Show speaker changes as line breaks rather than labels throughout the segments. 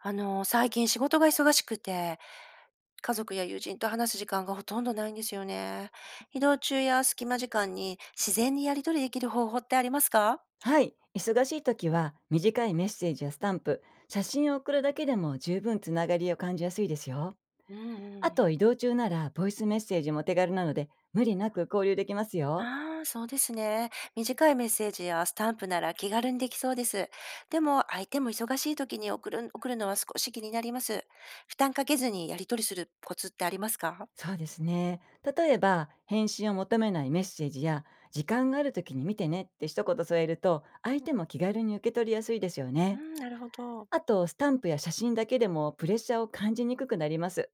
最近仕事が忙しくて、家族や友人と話す時間がほとんどないんですよね。移動中や隙間時間に自然にやり取りできる方法ってありますか？
はい。忙しい時は短いメッセージやスタンプ、写真を送るだけでも十分つながりを感じやすいですよ。
うんう
あ
ん、
と、移動中ならボイスメッセージも手軽なので、無理なく交流できますよ。
ああー、そうですね。短いメッセージやスタンプなら気軽にできそうです。でも、相手も忙しい時に送るのは少し気になります。負担かけずにやり取りするコツってありますか？
そうですね。例えば、返信を求めないメッセージや、時間がある時に見てねって一言添えると、相手も気軽に受け取りやすいですよ
う
ね。
ん、なるほど。
あとスタンプや写真だけでも、プレッシャーを感じにくくなります。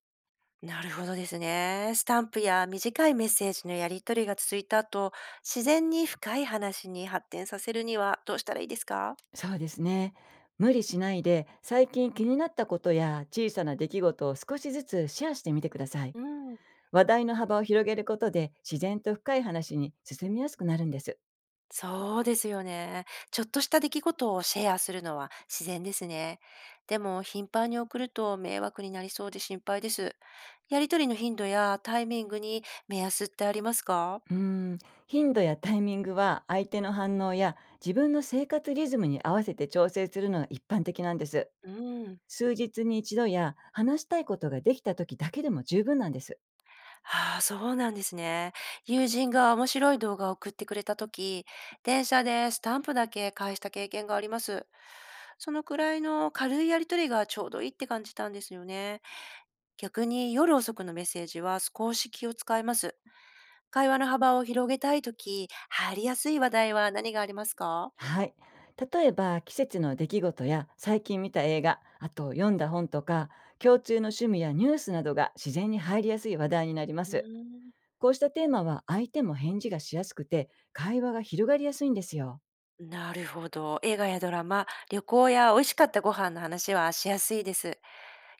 なるほどですね。スタンプや短いメッセージのやり取りが続いた後、自然に深い話に発展させるにはどうしたらいいですか？
そうですね。無理しないで、最近気になったことや小さな出来事を少しずつシェアしてみてください。
うん、
話題の幅を広げることで、自然と深い話に進みやすくなるんです。
そうですよね。ちょっとした出来事をシェアするのは自然ですね。でも頻繁に送ると迷惑になりそうで心配です。やりとりの頻度やタイミングに目安ってありますか？
うーん、頻度やタイミングは、相手の反応や自分の生活リズムに合わせて調整するのが一般的なんです。
うん。
数日に一度や、話したいことができた時だけでも十分なんです。
ああ、そうなんですね。友人が面白い動画を送ってくれたとき、電車でスタンプだけ返した経験があります。そのくらいの軽いやりとりがちょうどいいって感じたんですよね。逆に夜遅くのメッセージは少し気を使います。会話の幅を広げたいとき、入りやすい話題は何がありますか？
はい。例えば、季節の出来事や最近見た映画、あと読んだ本とか、共通の趣味やニュースなどが自然に入りやすい話題になりま
うー
す。
ん、
こうしたテーマは相手も返事がしやすくて、会話が広がりやすいんですよ。
なるほど。映画やドラマ、旅行や美味しかったご飯の話はしやすいです。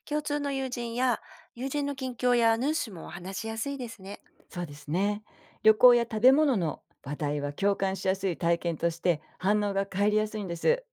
共通の友人や友人の近況やヌ主も話しやすいですね。
そうですね。旅行や食べ物の話題は、共感しやすい体験として反応が返りやすいんです。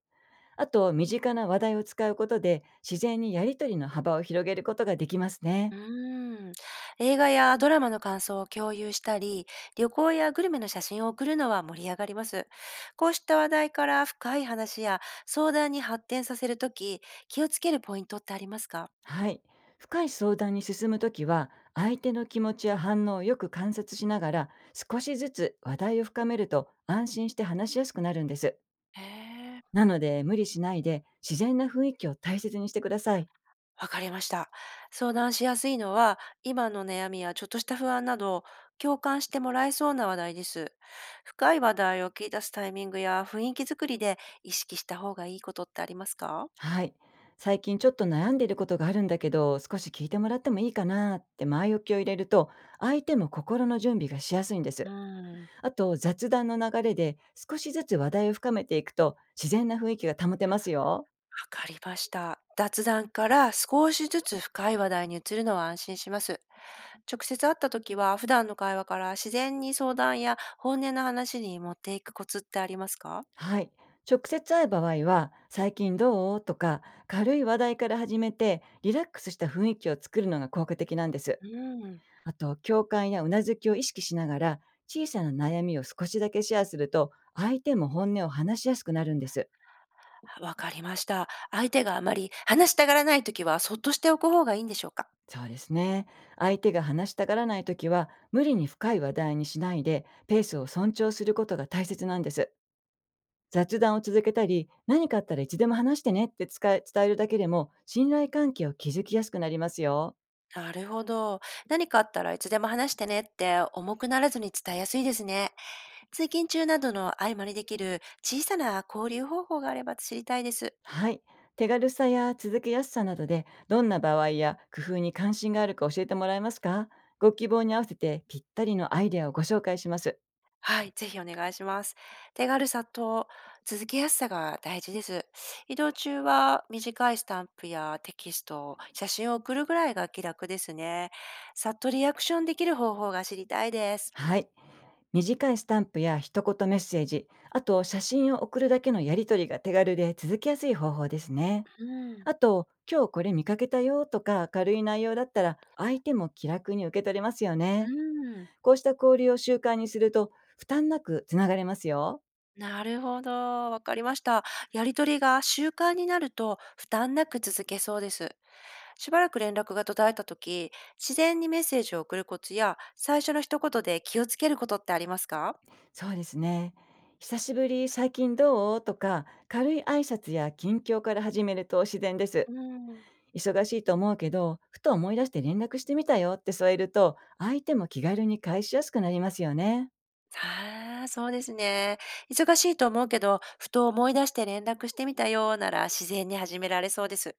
あと、身近な話題を使うことで、自然にやりとりの幅を広げることができますね。
うーん。映画やドラマの感想を共有したり、旅行やグルメの写真を送るのは盛り上がります。こうした話題から深い話や相談に発展させるとき、気をつけるポイントってありますか？
はい。深い相談に進むときは、相手の気持ちや反応をよく観察しながら、少しずつ話題を深めると安心して話しやすくなるんです。
へえ。
なので、無理しないで、自然な雰囲気を大切にしてください。
わかりました。相談しやすいのは、今の悩みやちょっとした不安など、共感してもらえそうな話題です。深い話題を切り出すタイミングや雰囲気作りで意識した方がいいことってありますか？
はい。最近ちょっと悩んでいることがあるんだけど、少し聞いてもらってもいいかなって前置きを入れると、相手も心の準備がしやすいんで
う
す。
ん、わ
あと、雑談の流れで少しずつ話題を深めていくと、自然な雰囲気が保てますよ。
かりました。雑談から少しずつ深い話題に移るのは安心します。直接会った時は、普段の会話から自然に相談や本音の話に持っていくコツってありますか？
はい。直接会う場合は、最近どうとか、軽い話題から始めて、リラックスした雰囲気を作るのが効果的なんです。
うん。
あと、共感やうなずきを意識しながら、小さな悩みを少しだけシェアすると、相手も本音を話しやすくなるんです。
わかりました。相手があまり話したがらないときは、そっとしておく方がいいんでしょうか？
そうですね。相手が話したがらないときは、無理に深い話題にしないで、ペースを尊重することが大切なんです。雑談を続けたり、何かあったらいつでも話してねってつえ伝えるだけでも、信頼関係を築きやすくなりますよ。
なるほど。何かあったらいつでも話してねって重くならずに伝えやすいですね。通勤中などの合間にできる小さな交流方法があれば知りたいです。
はい。手軽さや続けやすさなどで、どんな場合や工夫に関心があるか教えてもらえますか？ご希望に合わせて、ぴったりのアイデアをご紹介します。
はい、ぜひお願いします。手軽さと続けやすさが大事です。移動中は短いスタンプやテキスト、写真を送るぐらいが気楽ですね。さっとリアクションできる方法が知りたいです。
はい。短いスタンプや一言メッセージ、あと写真を送るだけのやり取りが手軽で続きやすい方法ですね。
うん。
あと、今日これ見かけたよとか軽い内容だったら、相手も気楽に受け取れますよ
う
ね。
ーん、
こうした交流を習慣にすると、負担なくつながれますよ。
なるほど、わかりました。やり取りが習慣になると負担なく続けそうです。しばらく連絡が途絶えた時、自然にメッセージを送るコツや、最初の一言で気をつけることってありますか？
そうですね。久しぶり、最近どうとか、軽い挨拶や近況から始めると自然です。
うーん。
忙しいと思うけど、ふと思い出して連絡してみたよって添えると、相手も気軽に返しやすくなりますよね。
ああ、そうですね。忙しいと思うけど、ふと思い出して連絡してみたよなら自然に始められそうです。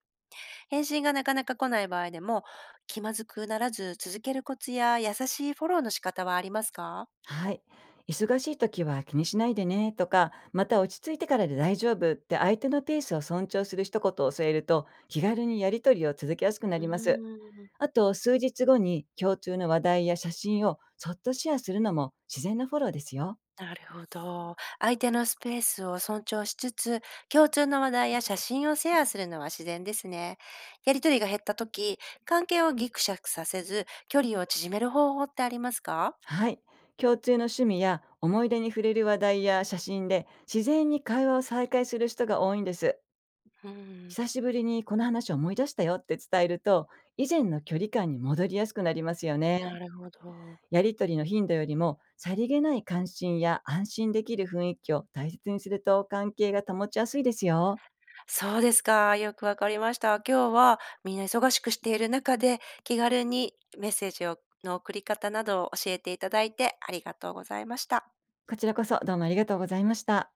返信がなかなか来ない場合でも、気まずくならず続けるコツや優しいフォローの仕方はありますか？
はい。忙しい時は気にしないでねとか、また落ち着いてからで大丈夫って相手のペースを尊重する一言を添えると、気軽にやり取りを続けやすくな
う
ります。
ーん。
あと、数日後に共通の話題や写真をそっとシェアするのも、自然なフォローですよ。
なるほど。相手のスペースを尊重しつつ、共通の話題や写真をシェアするのは自然ですね。やりとりが減った時、関係をギクシャクさせず、距離を縮める方法ってありますか？
はい。共通の趣味や思い出に触れる話題や写真で、自然に会話を再開する人が多いんです。
うん、
久しぶりにこの話を思い出したよって伝えると、以前の距離感に戻りやすくなりますよね。
なるほど。
やりとりの頻度よりも、さりげない関心や安心できる雰囲気を大切にすると、関係が保ちやすいですよ。
そうですか。よくわかりました。今日はみんな忙しくしている中で、気軽にメッセージの送り方などを教えていただいてありがとうございました。
こちらこそ、どうもありがとうございました。